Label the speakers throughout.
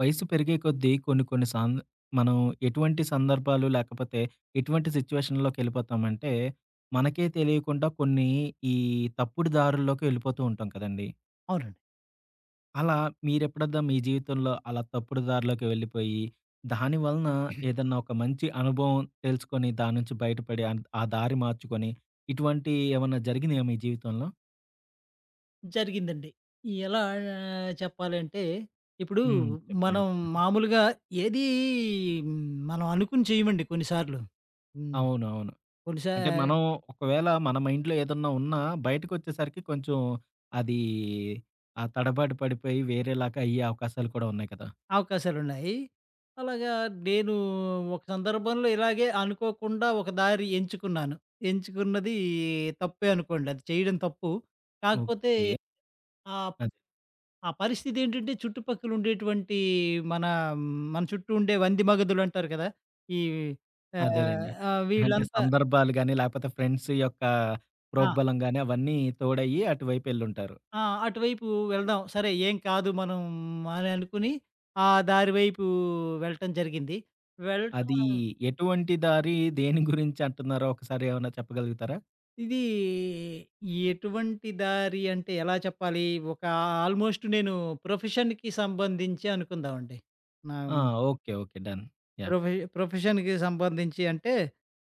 Speaker 1: వయసు పెరిగే కొద్దీ కొన్ని కొన్ని మనం ఎటువంటి సందర్భాలు లేకపోతే ఎటువంటి సిచ్యువేషన్‌లోకి ఎళ్ళిపోతామంటే, మనకే తెలియకుండా కొన్ని ఈ తప్పుడు దారుల్లోకి వెళ్ళిపోతూ ఉంటాం కదండీ!
Speaker 2: అవునండి.
Speaker 1: అలా మీరెప్పుడన్నా మీ జీవితంలో అలా తప్పుడు దారిలోకి వెళ్ళిపోయి, దాని వలన ఏదన్నా ఒక మంచి అనుభవం తెలుసుకొని దాని నుంచి బయటపడి ఆ దారి మార్చుకొని ఇటువంటి ఏమన్నా జరిగినాయా మీ జీవితంలో?
Speaker 2: జరిగిందండి. ఎలా చెప్పాలంటే, ఇప్పుడు
Speaker 1: హ్మ్. చెప్పండి
Speaker 2: మనం
Speaker 1: ఒకసారి.
Speaker 2: మామూలుగా ఏది మనం అనుకుని చేయమండి కొన్నిసార్లు. హ్మ్.
Speaker 1: అవునవును.
Speaker 2: కొన్నిసా
Speaker 1: అంటే మనం ఒకవేళ మన మైండ్‌లో ఏదన్నా ఉన్నా బయటకొచ్చేసరికి కొంచెం అది ఆ తడబాటు పడిపోయి వేరేలాగా అయ్యే అవకాశాలు కూడా ఉన్నాయి కదా!
Speaker 2: అవకాశాలున్నాయి. అలాగా నేను ఒక సందర్భంలో ఇలాగే అనుకోకుండా ఒక దారి ఎంచుకున్నాను. ఎంచుకున్నది తప్పే అనుకోండి. అది చేయడం తప్పు. కాకపోతే
Speaker 1: ఓకే.
Speaker 2: ఆ
Speaker 1: అదే.
Speaker 2: ఆ పరిస్థితి ఏంటంటే చుట్టుపక్కల ఉండేటువంటి మన మన చుట్టూ ఉండే వంది మగధులు అంటారు కదా! ఈ హ్మ్. ఆహ్,
Speaker 1: అదేలెండి.
Speaker 2: ఆ! హ్మ్.
Speaker 1: అంటే
Speaker 2: వీళ్ళంతా
Speaker 1: సందర్భాలు గాని, లేకపోతే ఫ్రెండ్స్ యొక్క
Speaker 2: ఆ!
Speaker 1: ప్రోగ్బలం గాని అవన్నీ తోడయ్యి అటువైపెళ్ళుంటారు.
Speaker 2: ఆ! అటువైపు వెళ్దాం. సరే ఏం కాదు మనం అని అనుకుని ఆ దారి వైపు వెళ్ళటం జరిగింది. వెళ్ళటం
Speaker 1: అది ఎటువంటి దారి దేని గురించి అంటున్నారో ఒకసారి ఏమన్నా చెప్పగలుగుతారా?
Speaker 2: ఇది ఎటువంటి దారి అంటే ఎలా చెప్పాలి? ఒక ఆల్‌మోస్ట్ నేను ప్రొఫెషన్‌కి సంబంధించి అనుకుందామండి. నా
Speaker 1: ఆ! ఓకే. ఓకే. డన్. యాహ్!
Speaker 2: ప్రొఫెషన్‌కి సంబంధించి అంటే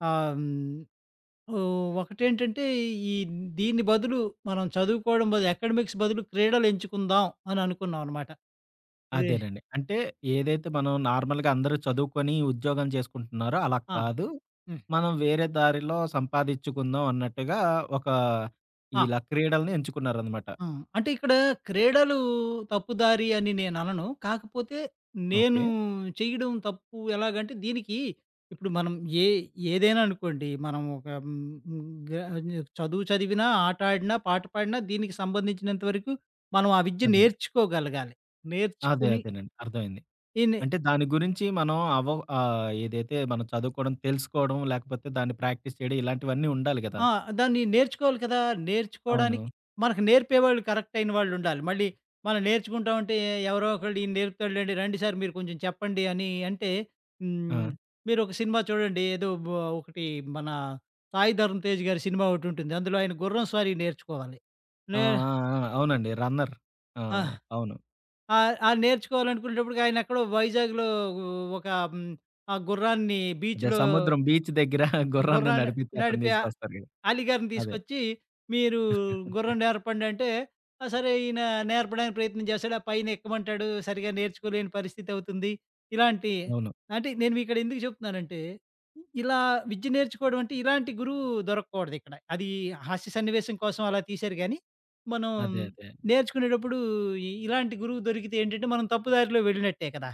Speaker 2: ఆహ్, హ్మ్. ఓహ్! ఒకటేంటంటే ఈ దీని బదులు మనం చదువుకోవడం బదులు అకాడమిక్స్ బదులు క్రీడలు ఎంచుకుందాం అని అనుకున్నాం అనమాట. ఏ
Speaker 1: అదేనండి. అంటే ఏదైతే మనం నార్మల్‌గా అందరూ చదువుకొని ఉద్యోగం చేసుకుంటున్నారో అలా
Speaker 2: ఆ!
Speaker 1: కాదు.
Speaker 2: హ్మ్.
Speaker 1: మనం వేరే దారిలో సంపాదించుకుందాం అన్నట్టుగా ఒక
Speaker 2: ఆ!
Speaker 1: ఇలా క్రీడల్ని ఎంచుకున్నారనమాట.
Speaker 2: హ్మ్. అంటే ఇక్కడ క్రీడలు తప్పుదారి అని నేననను. కాకపోతే నేను
Speaker 1: ఓకే.
Speaker 2: చేయడం తప్పు ఎలాగంటే దీనికి ఇప్పుడు మనం ఏ ఏదైనా అనుకోండి మనం ఒక హ్మ్, హ్మ్, గ చదువు చదివినా, ఆట ఆడినా, పాట పాడినా దీనికి సంబంధించినంత వరకు మనం ఆ విద్య
Speaker 1: అదే.
Speaker 2: నేర్చుకోగలగాలి.
Speaker 1: అదే.
Speaker 2: నేర్చుకుని
Speaker 1: అదేనండి. అర్థమైంది.
Speaker 2: ఈనే
Speaker 1: అంటే దాని గురించి మనం అవ ఆహ్, ఏదైతే మనం చదువుకోవడం, తెలుసుకోవడం లేకపోతే దాన్ని ప్రాక్టీస్ చేయడం ఇలాంటివన్నీ ఉండాలి గదా!
Speaker 2: ఆ! దాన్ని నేర్చుకోవాలి కదా!
Speaker 1: అవును.
Speaker 2: నేర్చుకోవడానికి మనకు నేర్పేవాళ్ళు కరెక్ట్ అయిన వాళ్ళుండాలి. మళ్ళీ మనం నేర్చుకుంటామంటే ఎవరో ఒకళ్ళు ఈయన నేర్పుతాడులెండి రండి సార్ మీరు కొంచెం చెప్పండి అని అంటే హ్మ్.
Speaker 1: ఆ!
Speaker 2: మీరొక సినిమా చూడండి ఏదో బ ఒకటి మన 'సాయి ధరమ్ తేజ్' గారి సినిమా ఒకటుంటుంది. అందులో ఆయన గుర్రం స్వారీ నేర్చుకోవాలి.
Speaker 1: ఆ! ఆ!
Speaker 2: నే
Speaker 1: ఆ! అవునండి. రన్నర్. ఆ!
Speaker 2: ఆ!
Speaker 1: అవును.
Speaker 2: ఆహ్, ఆ నేర్చుకోవాలనుకునేటప్పటికి ఆయన ఎక్కడో వైజాగ్‌లో ఒక హ్మ్, ఆ గుర్రాన్ని
Speaker 1: అదే
Speaker 2: బీచ్‌లో
Speaker 1: సముద్రం బీచ్ దగ్గర గుర్రాన్ని
Speaker 2: గుర్రాన్ని
Speaker 1: నడిపించి అతన్ని
Speaker 2: నడిపి
Speaker 1: తీసుకొస్తారు గదా!
Speaker 2: అలీగారిని
Speaker 1: అదే.
Speaker 2: తీసుకొచ్చి, "మీరు గుర్రం నేర్పండి" అంటే, ఆ! సరే ఈయన నేర్పడానికి ప్రయత్నం చేస్తాడు. ఆ పైన ఎక్కమంటాడు. సరిగ్గా నేర్చుకోలేని పరిస్థితి అవుతుంది. ఇలాంటి
Speaker 1: అవును.
Speaker 2: అంటే నేను ఇక్కడ ఎందుకు చెప్తున్నానంటే, ఇలా విద్య నేర్చుకోవడం అంటే ఇలాంటి గురువు దొరకకూడదిక్కడ. అది హాస్య సన్నివేశం కోసం అలా తీశారు గానీ, మనం
Speaker 1: అదే. అదే.
Speaker 2: నేర్చుకునేటప్పుడు ఇలాంటి గురువు దొరికితే ఏంటంటే, మనం తప్పు దారిలో వెళ్ళినట్టే కదా!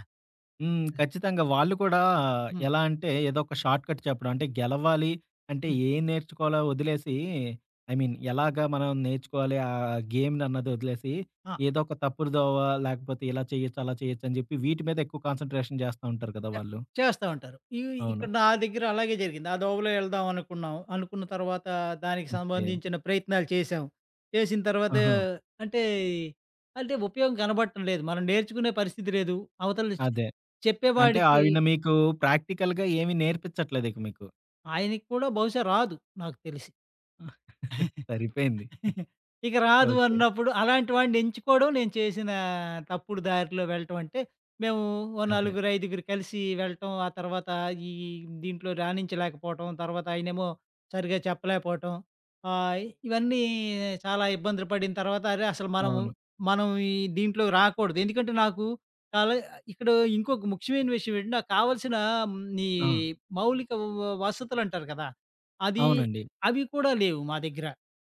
Speaker 1: హ్మ్. ఖచ్చితంగా వాళ్ళు కూడా
Speaker 2: హ్మ్.
Speaker 1: ఎలా అంటే ఏదో ఒక షార్ట్ కట్ చెప్పడం. అంటే గెలవాలి అంటే
Speaker 2: హ్మ్.
Speaker 1: ఏం నేర్చుకోవాలో వదిలేసి ఐ మీన్ ఎలాగా మనం నేర్చుకోవాలి ఆ గేమ్‌ని అన్నది వదిలేసి
Speaker 2: ఆ!
Speaker 1: ఏదో ఒక తప్పుడు దోవ లేకపోతే ఇలా చేయొచ్చు, అలా చేయొచ్చు అని చెప్పి వీటి మీద ఎక్కువ కాన్సంట్రేషన్ చేస్తా ఉంటారు కదా!
Speaker 2: చే
Speaker 1: వాళ్ళు.
Speaker 2: చేస్తా ఉంటారు.
Speaker 1: అవును.
Speaker 2: ఇక్కడ నా దగ్గర అలాగే జరిగింది. ఆ దోవలో ఎళ్దాం అనుకున్నాం. అనుకున్న తర్వాత దానికి
Speaker 1: ఓకే.
Speaker 2: సంబంధించిన ప్రయత్నాలు చేశాం. చేసిన తర్వాత
Speaker 1: ఆహా!
Speaker 2: అంటే, అంటే ఉపయోగం కనబడటం లేదు. మనం నేర్చుకునే పరిస్థితి లేదు. అవతల చె
Speaker 1: అదే. అంటే
Speaker 2: చెప్పేవాడికి
Speaker 1: ఆవిడ మీకు ప్రాక్టికల్‌గా ఏమి నేర్పించట్లేదు ఇక మీకు.
Speaker 2: ఆయనకి కూడా బహుశా రాదు నాకు తెలిసి.
Speaker 1: సరిపోయింది.
Speaker 2: ఇక రాదు
Speaker 1: ఓకే.
Speaker 2: అన్నప్పుడు అలాంటి వాడిని ఎంచుకోవడం నేను చేసిన తప్పుడు దారిలో వెళ్ళటం. అంటే, మేము ఓ
Speaker 1: అదే.
Speaker 2: నలుగురు, ఐదుగురు కలిసి వెళ్ళటం. ఆ తర్వాత ఈ దీంట్లో రాణించలేకపోవటం. తర్వాత ఆయనేమో సరిగ్గా చెప్పలేకపోవటం. ఆహ్, ఇవన్నీ చాలా ఇబ్బందులు పడిన తర్వాత అరే! అసలు మనము
Speaker 1: అవును.
Speaker 2: మనం ఈ దీంట్లోకి రాకూడదు. ఎందుకంటే నాకు కాలే ఇక్కడ ఇంకొక ముఖ్యమైన విషయం ఏంటంటే, నాకు కావాల్సిన హ్మ్, ఈ
Speaker 1: ఆ!
Speaker 2: మౌలిక వసతులంటారు కదా! అది
Speaker 1: అవునండి.
Speaker 2: అవి కూడా లేవు మా దగ్గర.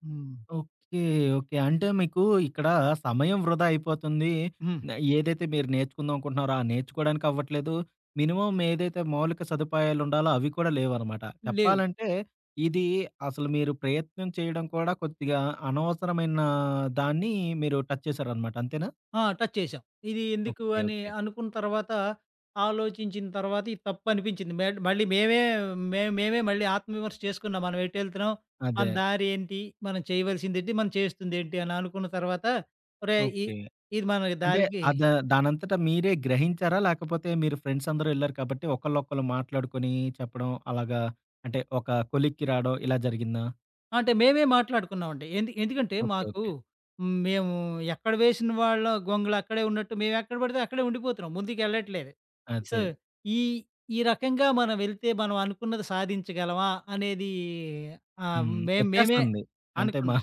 Speaker 2: హ్మ్.
Speaker 1: ఓకే. ఓకే. అంటే మీకు ఇక్కడ సమయం వృధా అయిపోతుంది.
Speaker 2: హ్మ్.
Speaker 1: న ఏదైతే మీరు నేర్చుకుందాం అనుకుంటున్నారో, ఆ నేర్చుకోవడానికి అవ్వట్లేదు. మినిమమ్ ఏదైతే మౌలిక సదుపాయాలుండాలో అవి కూడా లేవనమాట.
Speaker 2: లేవు.
Speaker 1: చెప్పాలంటే ఇది అసలు మీరు ప్రయత్నం చేయడం కూడా కొద్దిగా అనవసరమైన దాన్ని మీరు టచ్ చేశారనమాట. అంతేనా?
Speaker 2: ఆ! టచ్ చేశాం. ఇది ఎందుకు
Speaker 1: ఓకే.
Speaker 2: అని
Speaker 1: ఓకే.
Speaker 2: అనుకున్న తర్వాత, ఆలోచించిన తర్వాత ఇది తప్పనిపించింది. మెడ్ మళ్ళీ మేమే మే మేమే మళ్ళీ ఆత్మవిమర్శ చేసుకున్నాం. మనం ఎటెళ్తున్నాం? మన
Speaker 1: అదే.
Speaker 2: దారేంటి? మనం చేయవలసిందేంటి? మనం చేస్తుందేంటి? అని అనుకున్న తర్వాత, ఒరేయ్!
Speaker 1: ఓకే.
Speaker 2: ఇది మన
Speaker 1: అంటే
Speaker 2: దారికి
Speaker 1: అద దానంతట మీరే గ్రహించారా? లేకపోతే మీరు ఫ్రెండ్స్ అందరూ ఎళ్లారు కాబట్టి ఒకళ్ళొకళ్ళు మాట్లాడుకొని చెప్పడం అలాగా, అంటే ఒక కొలిక్కి రావడం ఇలా జరిగిందా?
Speaker 2: అంటే మేమే మాట్లాడుకున్నామండి. ఎందుకంటే
Speaker 1: ఓకే.
Speaker 2: మాకు
Speaker 1: ఓకే.
Speaker 2: మేము ఎక్కడ వేసిన వాళ్ళ గొంగళి అక్కడే ఉన్నట్టు మేమెక్కడ పడితే అక్కడే ఉండిపోతున్నాం. ముందుకెళ్ళట్లేదు. సో,
Speaker 1: అదే.
Speaker 2: ఈ ఈ రకంగా మనం వెళ్తే మనం అనుకున్నది సాధించగలమా అనేది ఆహ్,
Speaker 1: హ్మ్.
Speaker 2: మేం మేమే
Speaker 1: వచ్చేస్తుంది. అంటే
Speaker 2: అనుకున్నాం.
Speaker 1: మన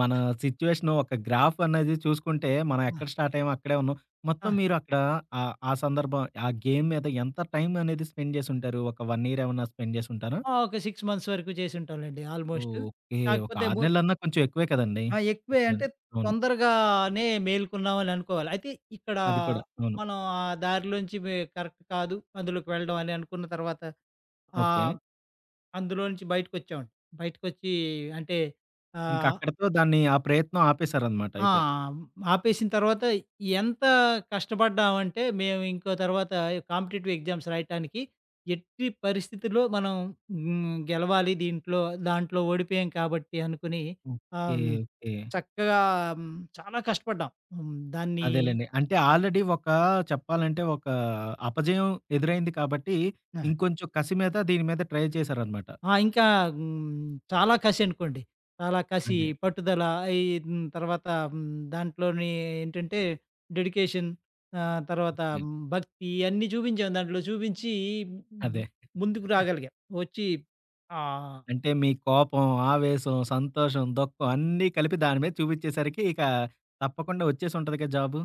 Speaker 1: మన సిట్యుయేషన్ ఒక గ్రాఫ్ అనేది చూసుకుంటే మనం
Speaker 2: ఆ!
Speaker 1: ఎక్కడ స్టార్ట్ అయ్యామో అక్కడే ఉన్నాం. మొత్తం
Speaker 2: ఆ!
Speaker 1: మీరు అక్కడ ఆహ్, ఆ సందర్భం ఆ గేమ్ మీద ఎంత టైం అనేది స్పెండ్ చేసుంటారు? ఒక 1 ఇయర్ ఏమన్నా స్పెండ్ చేసుంటారా?
Speaker 2: ఆ! ఒక 6 మంత్స్ వరకు చేసుంటాంలెండి ఆల్‌మోస్ట్.
Speaker 1: ఓకే. ఒక
Speaker 2: కాకపోతే
Speaker 1: 6
Speaker 2: ము
Speaker 1: నెలలన్నా కొంచెం ఎక్కువే కదండీ!
Speaker 2: ఆ! ఎక్కువే అంటే
Speaker 1: చెప్పాలంటే. అవును.
Speaker 2: తొందరగానే మేలుకున్నామని అనుకోవాలి. అయితే ఇక్కడ
Speaker 1: అది కూడా. అవును.
Speaker 2: మనం ఆ దారిలోంచి కరెక్ట్ కాదు అందులోకి వెళ్ళడం అని అనుకున్న తర్వాత
Speaker 1: ఓకే.
Speaker 2: ఆహ్, అందులో నుంచి బయటకొచ్చామండి. బయటకొచ్చి అంటే
Speaker 1: ఇంక
Speaker 2: ఆహ్,
Speaker 1: అక్కడితో దాన్ని ఆ ప్రయత్నం ఆపేసారనమాట
Speaker 2: ఆ!
Speaker 1: అయితే.
Speaker 2: ఆపేసిన తర్వాత ఎంత కష్టపడ్డామంటే మేము ఇంకో తర్వాత కాంపిటీటివ్ ఎగ్జామ్స్ రాయటానికి ఎట్టి పరిస్థితుల్లో మనం గెలవాలి దీంట్లో, దాంట్లో ఓడిపోయాం కాబట్టి అనుకుని ఆహ్,
Speaker 1: ఓకే.
Speaker 2: హ్మ్,
Speaker 1: ఓకే.
Speaker 2: చక్కగా హ్మ్, చాలా కష్టపడ్డాం. హ్మ్, దాన్ని
Speaker 1: అదేలెండి. అంటే ఆల్రెడీ ఒక చెప్పాలంటే ఒక అపజయం ఎదురైంది కాబట్టి,
Speaker 2: ఆ!
Speaker 1: ఇంకొంచెం కసి మీద దీని మీద ట్రై చేశారనమాట.
Speaker 2: ఆ! ఇంకా హ్మ్, చాలా కసి అనుకోండి. చాలా కసి,
Speaker 1: అదే.
Speaker 2: పట్టుదల ఈ తర్వాత హ్మ్, దాంట్లోని ఏంటంటే డెడికేషన్ తర్వాత
Speaker 1: హ్మ్.
Speaker 2: భక్తి ఇయన్నీ చూపించాం. దాంట్లో చూపించి హ్మ్,
Speaker 1: అదే.
Speaker 2: ముందుకు రాగలిగాం. వచ్చి ఆహ్,
Speaker 1: అంటే మీ కోపం, ఆవేశం, సంతోషం, దుఃఖం అన్నీ కలిపి దాని మీద చూపిచ్చేసరికి ఇక తప్పకుండా వచ్చేసుంటదిగా జాబు.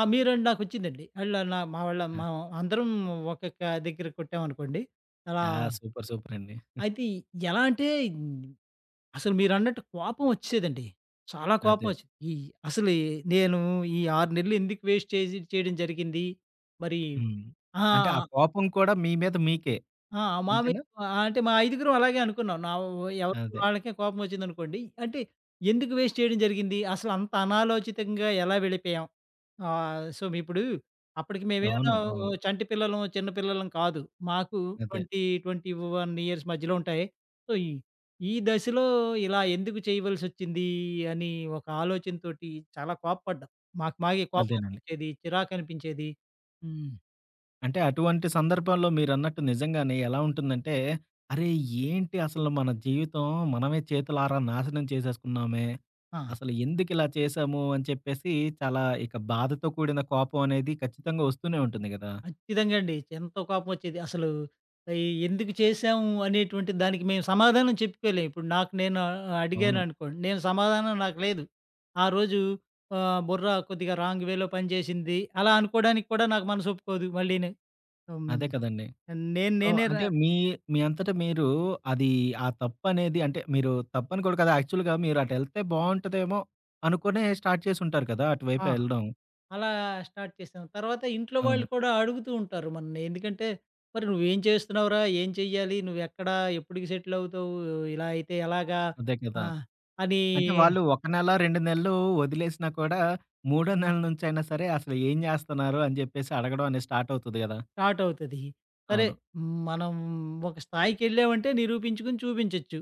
Speaker 2: ఆ! మీ రౌండ్ నాకొచ్చిందండి. అళ్ళ నా మా వాళ్ళ
Speaker 1: ఆ!
Speaker 2: మా అందరం ఒక్కొక్క దగ్గర కొట్టామనుకోండి. అలా
Speaker 1: ఆ! సూపర్. సూపర్ అండి.
Speaker 2: అయితే ఎలా అంటే అసలు మీరన్నట్టు కోపం వచ్చేదండి. చాలా కోపం
Speaker 1: అదే.
Speaker 2: వచ్చేది. ఈ అసలు ఈ నేను ఈ 6 నెలలు ఎందుకు వేస్ట్ చేసి చేయడం జరిగింది. మరి
Speaker 1: హ్మ్.
Speaker 2: ఆ!
Speaker 1: అంటే ఆ కోపం కూడా మీ మీద మీకే.
Speaker 2: ఆ! మా మీ
Speaker 1: అంతేనా?
Speaker 2: ఆహ్, అంటే మా ఐదుగురం అలాగే అనుకున్నాం. ఎవరికి
Speaker 1: అదే.
Speaker 2: వాళ్ళకే కోపం వచ్చిందనుకోండి. అంటే ఎందుకు వేస్ట్ చేయడం జరిగింది. అసలు అంత అనాలోచితంగా ఎలా వెళ్ళిపోయాం. ఆ! సో, మీ ఇప్పుడు అప్పటికి మేమేమన్నా
Speaker 1: అవును. అవును.
Speaker 2: చంటి పిల్లలం, చిన్న పిల్లలం కాదు. మాకు
Speaker 1: అదే.
Speaker 2: 20, 21 ఇయర్స్ మధ్యలో ఉంటాయి. సో, ఈ ఈ దశలో ఇలా ఎందుకు చేయవలసొచ్చింది అని ఒక ఆలోచనతోటి చాలా కోప్పడ్డాం. మాకు మాకే
Speaker 1: అదేనండి.
Speaker 2: కోపమనిపించేది, చిరాకనిపించేది. హ్మ్.
Speaker 1: అంటే అటువంటి సందర్భంలో మీరన్నట్టు నిజంగానే ఎలా ఉంటుందంటే, అరే! ఏంటి అసలు మన జీవితం మనమే చేతులారా నాశనం చేసేసుకున్నామే.
Speaker 2: ఆ!
Speaker 1: అసలు ఎందుకిలా చేశాము అని చెప్పేసి చాలా ఇక బాధతో కూడిన కోపం అనేది ఖచ్చితంగా వస్తూనే ఉంటుంది గదా!
Speaker 2: ఖచ్చితంగా అండి. ఎంతో కోపమొచ్చేది. అసలు ఆహ్, ఎందుకు చేశాము అనేటువంటి దానికి మేము సమాధానం చెప్పుకోలేం. ఇప్పుడు నాకు నేను
Speaker 1: అవును.
Speaker 2: అడిగాననుకోండి, నేను సమాధానం నాకు లేదు. ఆ రోజు బుర్ర కొద్దిగా రాంగ్ వేలో పనిచేసింది. అలా అనుకోవడానికి కూడా నాకు మనసొప్పుకోదు మళ్ళీని. హ్మ్.
Speaker 1: అదే కదండీ.
Speaker 2: నేను
Speaker 1: సో,
Speaker 2: నేనే ర
Speaker 1: అంటే మీ మీ అంతట మీరు అది ఆ తప్పనేది అంటే మీరు తప్పని కూడా కాదు యాక్చువల్‌గా మీరు అటెళ్తే బావుంటదేమో అనుకునే స్టార్ట్ చేసుంటారు కదా!
Speaker 2: ఆ!
Speaker 1: అటువైపే ఎళ్ళడం.
Speaker 2: అలా స్టార్ట్ చేశాను. తర్వాత ఇంట్లో
Speaker 1: అవును.
Speaker 2: వాళ్ళు కూడా అడుగుతూ ఉంటారు మనల్ని. ఎందుకంటే, "మరి నువ్వేం చేస్తున్నావురా? ఏం చెయ్యాలి? నువ్వెక్కడ? ఎప్పటికి సెటిల్ అవుతావు? ఇలా అయితే ఎలాగా?"
Speaker 1: అదే కదా!
Speaker 2: ఆ! అని
Speaker 1: అంటే వాళ్ళు ఒక నెల, 2 నెలలు వదిలేసినా కూడా, మూడో నెల నుంచైనా సరే అసలు ఏం జేస్తన్నారు అని జెప్పేసి అడగడం అనేది స్టార్ట్ అవుతది గదా!
Speaker 2: స్టార్ట్ అవుతది. సరే
Speaker 1: అవును.
Speaker 2: మనం ఒక స్థాయికెళ్ళామంటే నిరూపించుకొని చూపించొచ్చు.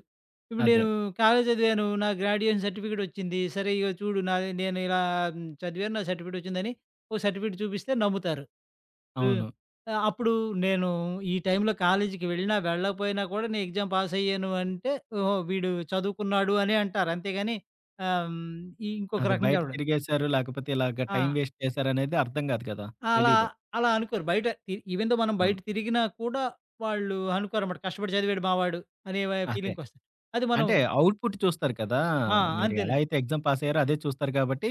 Speaker 2: ఇప్పుడు
Speaker 1: అదే.
Speaker 2: నేను కాలేజ్ చదివాను. నా గ్రాడ్యుయేషన్ సర్టిఫికేట్ వచ్చింది. సరే ఇగో చూడు నాది నేను ఇలా చదివాను. నా సర్టిఫికేట్ వచ్చిందని ఓ సర్టిఫికేట్ చూపిస్తే నమ్ముతారు. హ్మ్.
Speaker 1: అవును.
Speaker 2: అప్పుడు నేను ఈ టైంలో కాలేజీకి వెళ్ళినా, వెళ్ళకపోయినా కూడా నేను ఎగ్జామ్ పాస్ అయ్యాను అంటే, ఓహో! వీడు చదువుకున్నాడు అనే అంటారు. అంతేగాని ఆహ్, హ్మ్, ఇంకొక
Speaker 1: అదే
Speaker 2: రకంగా
Speaker 1: బయట
Speaker 2: చూడరు.
Speaker 1: తిరిగేశారు, లేకపోతే ఇలాగ టైం
Speaker 2: ఆ!
Speaker 1: వేస్ట్ చేశారనేది అర్థం గాదు గదా!
Speaker 2: అలా,
Speaker 1: తెలీదు.
Speaker 2: అలా అనుకోరు. బయట తి ఈవెన్ దో మనం
Speaker 1: అవును.
Speaker 2: బయట తిరిగినా కూడా వాళ్ళు అనుకోరన్నమాట. కష్టపడి చదివాడు మావాడు అనే
Speaker 1: అదే.
Speaker 2: ఫీలింగ్‌కొస్తారు. అది మనం
Speaker 1: అంటే అవుట్‌పుట్ చూస్తారు కదా!
Speaker 2: ఆ!
Speaker 1: మీరు ఎలా
Speaker 2: అంతేనండి.
Speaker 1: అయితే ఎగ్జామ్ పాస్ అయ్యారో అదే చూస్తారు గాబట్టి,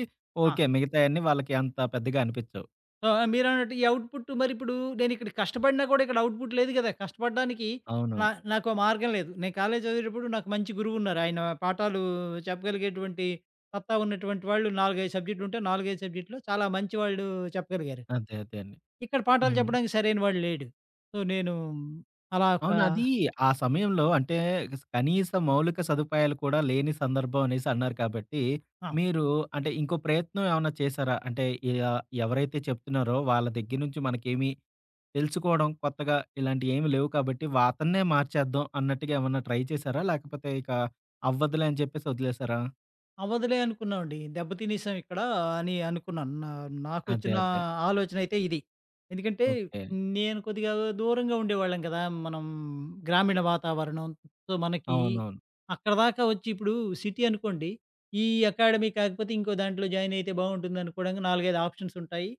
Speaker 2: ఆ!
Speaker 1: ఓకే. మిగతాయన్నీ వాళ్ళకి అంత పెద్దగా అనిపిచ్చవు.
Speaker 2: సో, మీరన్నట్టు ఈ అవుట్‌పుట్ మరిప్పుడు నేనిక్కడ కష్టపడినా కూడా ఇక్కడ అవుట్‌పుట్ లేదు గదా! కష్టపడడానికి
Speaker 1: అవును.
Speaker 2: నాకో మార్గం లేదు. నేను కాలేజు చదివేటప్పుడు నాకు మంచి గురువున్నారు. ఆయన పాఠాలు చెప్పగలిగేటువంటి సత్తా ఉన్నటువంటి వాళ్ళు 4, 5 సబ్జెక్టులుంటే 4, 5 సబ్జెక్టులో చాలా మంచి వాళ్ళు చెప్పగలిగారు.
Speaker 1: అదే. అదే అండి.
Speaker 2: ఇక్కడ పాఠాలు
Speaker 1: హ్మ్.
Speaker 2: చెప్పడానికి సరైన వాడు లేడు. సో, నేను అలా ఒక
Speaker 1: అవును. ఆ సమయంలో అంటే కనీస మౌలిక సదుపాయాలు కూడా లేని సందర్భం అనేసి అన్నారు కాబట్టి,
Speaker 2: ఆ!
Speaker 1: మీరు అంటే ఇంకో ప్రయత్నం ఏమన్నా చేశారా? అంటే ఇలా ఎవరైతే చెప్తున్నారో వాళ్ళ దగ్గర నుంచి మనకేమి తెలుసుకోవడం కొత్తగా ఇలాంటియేమి లేవు కాబట్టి అతన్నే మార్చేద్దాం అన్నట్టుగా ఏమన్నా ట్రై చేశారా? లేకపోతే ఇక అవ్వదులే అని చెప్పేసి వదిలేసారా?
Speaker 2: అవ్వదులే అనుకున్నామండి. దెబ్బ తినేసాం ఇక్కడ అని అనుకున్నాను.
Speaker 1: అదే.
Speaker 2: నాకొచ్చిన
Speaker 1: అదే.
Speaker 2: ఆలోచనైతే ఇది. ఎందుకంటే
Speaker 1: ఓకే.
Speaker 2: నేను కొద్దిగా దూరంగా ఉండేవాళ్ళం కదా! మనం గ్రామీణ వాతావరణం. సో, మనకి
Speaker 1: అవునవును.
Speaker 2: అక్కడ దాకా వచ్చి ఇప్పుడు సిటీ అనుకోండి. ఈ అకాడమీ కాకపోతే ఇంకో దాంట్లో జాయిన్ అయితే బావుంటుంది అనుకోవడానికి 4, 5 ఆప్షన్స్ ఉంటాయి.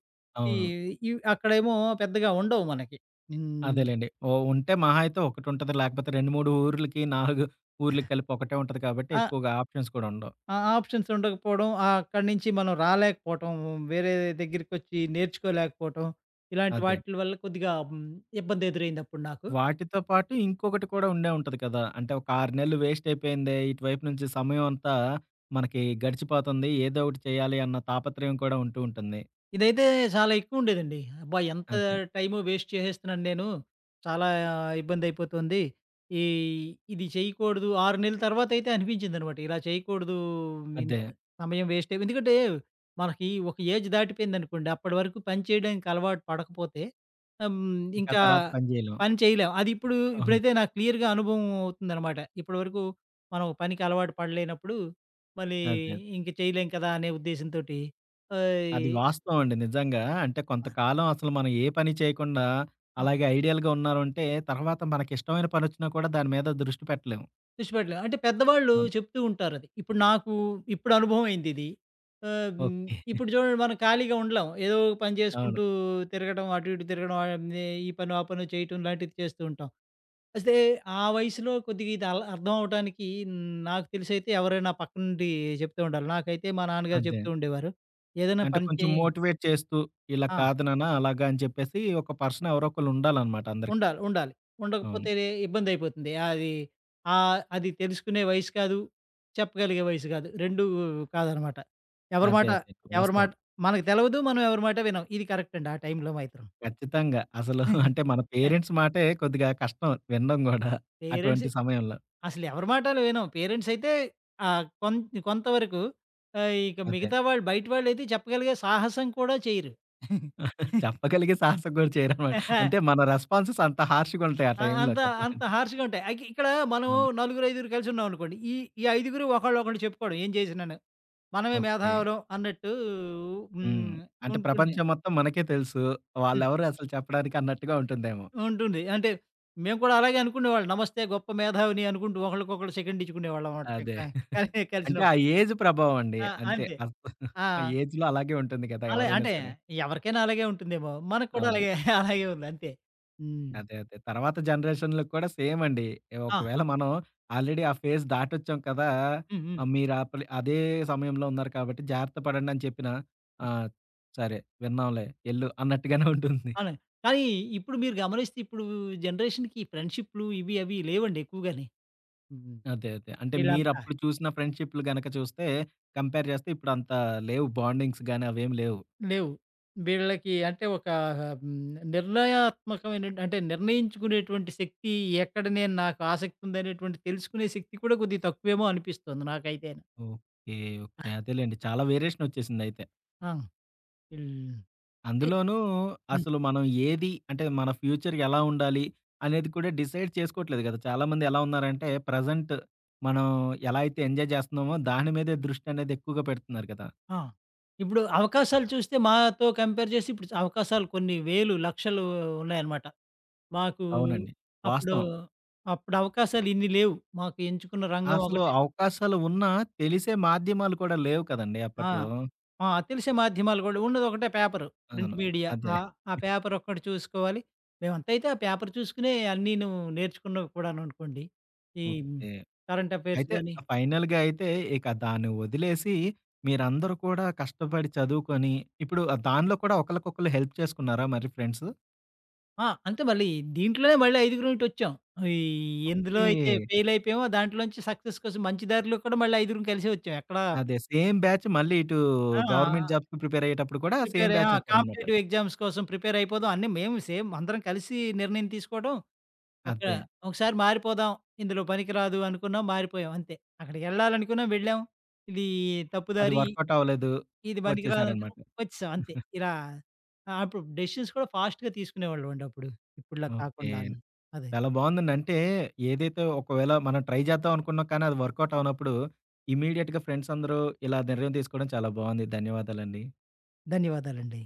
Speaker 2: ఈ
Speaker 1: అవును.
Speaker 2: ఇవ్ అక్కడేమో పెద్దగా ఉండవు మనకి. హ్మ్.
Speaker 1: అదేలెండి. ఓ ఉంటే మహా అయితే ఒకటుంటది. లేకపోతే 2, 3 ఊర్లకి, 4 ఊర్లకి కలిపి ఒకటే ఉంటది కాబట్టి
Speaker 2: ఆ!
Speaker 1: ఎక్కువగా ఆప్షన్స్ కూడా ఉండవు.
Speaker 2: ఆ! ఆప్షన్స్ ఉండకపోవడం, ఆహ్, అక్కడి నుంచి మనం రాలేకపోవటం, వేరే దగ్గరికొచ్చి నేర్చుకోలేకపోవటం, ఇలాంటి
Speaker 1: అదే.
Speaker 2: వాటిల వల్ల కొద్దిగా ఇబ్బంది ఎదురైందప్పుడు నాకు.
Speaker 1: వాటితో పాటు ఇంకొకటి కూడా ఉండే ఉంటది కదా! అంటే ఒక 6 నెలలు వేస్ట్ అయిపోయిందే. ఇటువైపు నుంచి సమయం అంతా మనకి గడిచిపోతుంది. ఏదో ఒకటి చేయాలి అన్న తాపత్రయం కూడా ఉంటూ ఉంటుంది.
Speaker 2: ఇదైతే చాలా ఎక్కువుండేదండి. అబ్బా! ఎంత
Speaker 1: అదే.
Speaker 2: టైము వేస్ట్ చేసేస్తున్నాను నేను. చాలా ఇబ్బందయిపోతుంది. ఈ ఇది చేయకూడదు. 6 నెలల తర్వాతయితే అనిపించిందనమాట. ఇలా చేయకూడదు. ఇంత
Speaker 1: అదే.
Speaker 2: సమయం వేస్టే ఎందుకంటే, మనకి ఒక ఏజ్ దాటిపోయిందనుకోండి. అప్పటి వరకు పని చేయడానికి అలవాటు పడకపోతే ఆహ్, హ్మ్,
Speaker 1: ఇంకా
Speaker 2: ఇంకా
Speaker 1: తర్వాత పని చేయలేం.
Speaker 2: పని చేయలేం. అది ఇప్పుడు
Speaker 1: అవును.
Speaker 2: ఇప్పుడైతే నాకు క్లియర్‌గా అనుభవం అవుతుందనమాట. ఇప్పటివరకు మనం పనికి అలవాటు పడలేనప్పుడు మళ్ళీ
Speaker 1: అదే. అదే.
Speaker 2: ఇంక చేయలేం కదా! అనే ఉద్దేశంతోటి ఆహ్, ఈ
Speaker 1: అది వాస్తవం అండి నిజంగా. అంటే కొంతకాలం అసలు మనం ఏ పని చేయకుండా
Speaker 2: ఆ!
Speaker 1: అలాగే ఐడియల్‌గా ఉన్నామంటే తర్వాత మనకిష్టమైన పనొచ్చినా కూడా దాని మీద దృష్టి పెట్టలేం.
Speaker 2: తెచ్చి పెట్టలేం. అంటే పెద్దవాళ్ళు
Speaker 1: అవును.
Speaker 2: చెప్తూ ఉంటారది. ఇప్పుడు నాకు ఇప్పుడు అనుభవం అయిందిది. ఆహ్, హ్మ్,
Speaker 1: ఓకే.
Speaker 2: ఇప్పుడు చూడండి మనం ఖాళీగా ఉండలేం. ఏదో ఒక పని
Speaker 1: అవును.
Speaker 2: చేసుకుంటూ తిరగడం, అటు ఇటు తిరగడం, ఆహ్, నే ఈ పనో, ఆ పనో చేయటం లాంటిది చేస్తూ ఉంటాం. అయితే ఆ వయసులో కొద్దిగా ఇది అర్థం అవ్వటానికి నాకు తెలిసైతే ఎవరైనా పక్కనుండి చెప్తూ ఉండాలి. నాకైతే మా నాన్నగారు
Speaker 1: అదే.
Speaker 2: చెప్తూ ఉండేవారు. ఏదైనా
Speaker 1: అంటే
Speaker 2: పని
Speaker 1: కొంచెం
Speaker 2: చేయి
Speaker 1: మోటివేట్ చేస్తూ, ఇలా
Speaker 2: ఆ!
Speaker 1: కాదు నాన్న అలాగా అని చెప్పేసి ఒక పర్సన్ ఎవరో ఒకళ్ళు ఉండాలనమాట అందరికి.
Speaker 2: ఉండాలి. ఉండాలి.
Speaker 1: అవును.
Speaker 2: ఉండకపోతే ఇబ్బందయిపోతుంది. అది అది తెలుసుకునే వయసు కాదు. చెప్పగలిగే వయసు కాదు. 2 కాదనమాట. ఎవరి
Speaker 1: అదే.
Speaker 2: మాట
Speaker 1: అదే.
Speaker 2: ఎవరి
Speaker 1: వాస్తవం.
Speaker 2: మాట మనకు తెలవదు. మనం ఎవరి మాట వినం. ఇది కరెక్ట్ అండి. ఆ టైంలో మాత్రం.
Speaker 1: ఖచ్చితంగా. అసలు
Speaker 2: హ్మ్.
Speaker 1: అంటే మన పేరెంట్స్ మాటే కొద్దిగా కష్టం వినడం గూడా
Speaker 2: పేరెంట్స్
Speaker 1: అటువంటి సమయంలో.
Speaker 2: అసలు ఎవరి మాటలు వినం. పేరెంట్స్ అయితే ఆహ్, కొం కొంతవరకు ఇక
Speaker 1: అదే.
Speaker 2: మిగతా వాళ్ళు బయటి వాళ్ళైతే చెప్పగలిగే సాహసం కూడా చేయరు.
Speaker 1: చెప్పగలిగే సాహసం కూడా చేయరనమాట. అంటే మన రెస్పాన్సెస్ అంత హార్ష్‌గా ఉంటాయి ఆ
Speaker 2: ఆ!
Speaker 1: టైంలో
Speaker 2: అంత అంత
Speaker 1: చెప్పాలంటే.
Speaker 2: హార్ష్‌గా ఉంటాయి. ఇక్కడ మనం
Speaker 1: అవును.
Speaker 2: నలుగురు, ఐదుగురు కలిసున్నామనుకోండి. ఈ ఈ ఐదుగురు ఒకళ్ళు ఒకళ్ళు చెప్పుకోవడం ఏం చేసినాను. మనమే
Speaker 1: ఓకే.
Speaker 2: మేధావులం అన్నట్టు
Speaker 1: హ్మ్.
Speaker 2: హ్మ్.
Speaker 1: అంటే
Speaker 2: ఉంటుంది.
Speaker 1: ప్రపంచం మొత్తం మనకే తెలుసు.
Speaker 2: హ్మ్.
Speaker 1: వాళ్ళెవరు అసలు చెప్పడానికి అన్నట్టుగా ఉంటుందేమో.
Speaker 2: ఉంటుంది. అంటే మేము కూడా అలాగే అనుకునేవాళ్ళం. నమస్తే గొప్ప మేధావిని అనుకుంటూ ఒకళ్ళకొకళ్ళు సెకండ్ ఇచ్చుకునేవాళ్ళం అన్నమాట. మేం
Speaker 1: అదే.
Speaker 2: క కలి
Speaker 1: అంటే ఆ
Speaker 2: కలిసినప్పుడు.
Speaker 1: ఏజ్ ప్రభావం అండి.
Speaker 2: ఆ!
Speaker 1: అంతే.
Speaker 2: అంతే. ఆ!
Speaker 1: ఆ ఏజ్‌లో అలాగే ఉంటుంది కదా!
Speaker 2: అలా
Speaker 1: ఎవరైనా
Speaker 2: అంటే
Speaker 1: సరే.
Speaker 2: ఎవరికైనా అలాగే ఉంటుందేమో! మనకు కూడా
Speaker 1: అవును.
Speaker 2: అలాగే అలాగే ఉంది అంతే. హ్మ్.
Speaker 1: అదే. అదే. తర్వాత జనరేషన్‌లకు కూడా సేమ్ అండి.
Speaker 2: ఆ!
Speaker 1: ఒకవేళ మనం ఆల్రెడీ ఆ ఫేజ్ దాటొచ్చాం కదా!
Speaker 2: హ్మ్. హ్మ్.
Speaker 1: ఆహ్, మీరు ఆపలే అదే సమయంలో ఉన్నారు కాబట్టి జాగ్రత్త పడండి అని చెప్పినా, ఆ! సరే విన్నాంలే ఎళ్ళు అన్నట్టుగానే ఉంటుంది.
Speaker 2: అవునండి. కానీ ఇప్పుడు మీరు గమనిస్తే ఇప్పుడు జనరేషన్‌కి ఫ్రెండ్‌షిప్‌లు ఇవి అవి లేవండి ఎక్కువగాని. హ్మ్.
Speaker 1: అదే. అదే. అంటే
Speaker 2: వీళ్ళంతా
Speaker 1: మీరప్పుడు చూసిన ఫ్రెండ్‌షిప్‌లు గనక చూస్తే కంపేర్ చేస్తే ఇప్పుడంత లేవు బాండింగ్స్ గాని అవేమి లేవు.
Speaker 2: లేవు. వీళ్ళకి అంటే ఒక హ్మ్. నిర్ణయాత్మకమైన అంటే నిర్ణయించుకునేటువంటి శక్తి ఎక్కడ నేను నాకు ఆసక్తి ఉందనేటువంటి తెలుసుకునే శక్తి కూడా కొద్దిగా తక్కువేమో అనిపిస్తుంది నాకైతేను.
Speaker 1: ఓకే. ఓకే. అదేలెండి. చాలా వేరియేషన్ వచ్చేసిందయితే.
Speaker 2: ఆ! ఈళ్ళు అంటే
Speaker 1: అందులోనూ
Speaker 2: హ్మ్.
Speaker 1: అసలు మనం ఏది అంటే మన ఫ్యూచర్ ఎలా ఉండాలి అనేది కూడా డిసైడ్ చేసుకోవట్లేదు కదా! చాలామంది ఎలా ఉన్నారంటే ప్రెజెంట్ మనం ఎలా అయితే ఎంజాయ్ చేస్తున్నామో దాని మీదే దృష్టి అనేది ఎక్కువగా పెడుతున్నారు కదా!
Speaker 2: ఆ! ఇప్పుడు అవకాశాలు చూస్తే మాతో కంపేర్ చేసి ఇప్పుడు అవకాశాలు కొన్ని వేలు, లక్షలు ఉన్నాయన్నమాట. మాకు
Speaker 1: అవునండి.
Speaker 2: అప్పుడు
Speaker 1: వాస్తవం.
Speaker 2: అప్పుడు అవకాశాలు ఇన్ని లేవు. మాకు ఎంచుకున్న రంగం
Speaker 1: అసలు
Speaker 2: ఒకటే.
Speaker 1: అవకాశాలు ఉన్నా తెలిసే మాధ్యమాలు కూడా లేవు కదండీ
Speaker 2: ఆ!
Speaker 1: అప్పట్లో.
Speaker 2: ఆ! తెలిసే మాధ్యమాలు కూడా ఉన్నది ఒకటే పేపరు. ప్రింట్
Speaker 1: అవును.
Speaker 2: మీడియా.
Speaker 1: అదే.
Speaker 2: ఆ పేపర్ ఒక్కటి చూసుకోవాలి. మేమంతా అయితే ఆ పేపర్ చూసుకునే అన్నీను నేర్చుకున్నవి కూడాను అనుకోండి. ఈ
Speaker 1: ఓకే.
Speaker 2: కరెంట్ అఫైర్స్
Speaker 1: అయితే
Speaker 2: గాని
Speaker 1: ఫైనల్‌గా అయితే ఇక దాన్ని వదిలేసి మీరందరూ కూడా కష్టపడి చదువుకొని ఇప్పుడు ఆ దానిలో కూడా ఒకళ్ళకొకళ్ళు హెల్ప్ చేసుకున్నారా మరి ఫ్రెండ్స్?
Speaker 2: అంతే మళ్ళీ దీంట్లోనే మళ్ళీ ఐదుగురం ఇటొచ్చాం. ఈ ఎందులో అయితే
Speaker 1: ఓకే.
Speaker 2: ఫెయిల్ అయిపోయామో దాంట్లోంచి సక్సెస్ కోసం మంచి దారిలో కూడా మళ్ళీ ఐదుగురం కలిసే వచ్చాం. ఎక్కడ
Speaker 1: అదే. సేమ్ బ్యాచ్ మళ్ళీ ఇటు గవర్నమెంట్
Speaker 2: ఆ!
Speaker 1: జాబ్స్‌కి ప్రిపేర్ అయ్యేటప్పుడు కూడా
Speaker 2: ప్రిపేర్
Speaker 1: సేమ్
Speaker 2: అయ్యాం.
Speaker 1: బ్యాచ్
Speaker 2: ఆ
Speaker 1: వచ్చారనమాట.
Speaker 2: కాంపిటీటివ్ ఎగ్జామ్స్ కోసం ప్రిపేర్ అయిపోదాం. అన్నీ మేము సేమ్ అందరం కలిసి నిర్ణయం తీసుకోవడం. ఒక
Speaker 1: అంతే.
Speaker 2: ఒకసారి మారిపోదాం. ఇందులో పనికిరాదు అనుకున్నాం మారిపోయాం అంతే. అక్కడికెళ్ళాలనుకున్నాం వెళ్ళాం. ఇది
Speaker 1: అది
Speaker 2: తప్పుదారి,
Speaker 1: వర్కౌట్ అవ్వలేదు.
Speaker 2: ఇది
Speaker 1: వచ్చేసారనమాట.
Speaker 2: పనికిరాదనుకున్నాం వచ్చేసాం అంతే. ఇలా అప్పుడు డెసిషన్స్ కూడా ఫాస్ట్‌గా తీసుకునేవాళ్ళమండి అప్పుడు. ఇప్పుడులా
Speaker 1: ఓకే.
Speaker 2: కాకుండాను. అదే.
Speaker 1: చాలా బావుందండి. అంటే ఏదైతే ఒకవేళ మనం ట్రై చేద్దాం అనుకున్నాం కానీ అది వర్కౌట్ అవ్వనప్పుడు ఇమ్మీడియేట్‌గా ఫ్రెండ్స్ అందరూ ఇలా నిర్ణయం తీసుకోవడం చాలా బావుంది. ధన్యవాదాలండి.
Speaker 2: ధన్యవాదాలండి.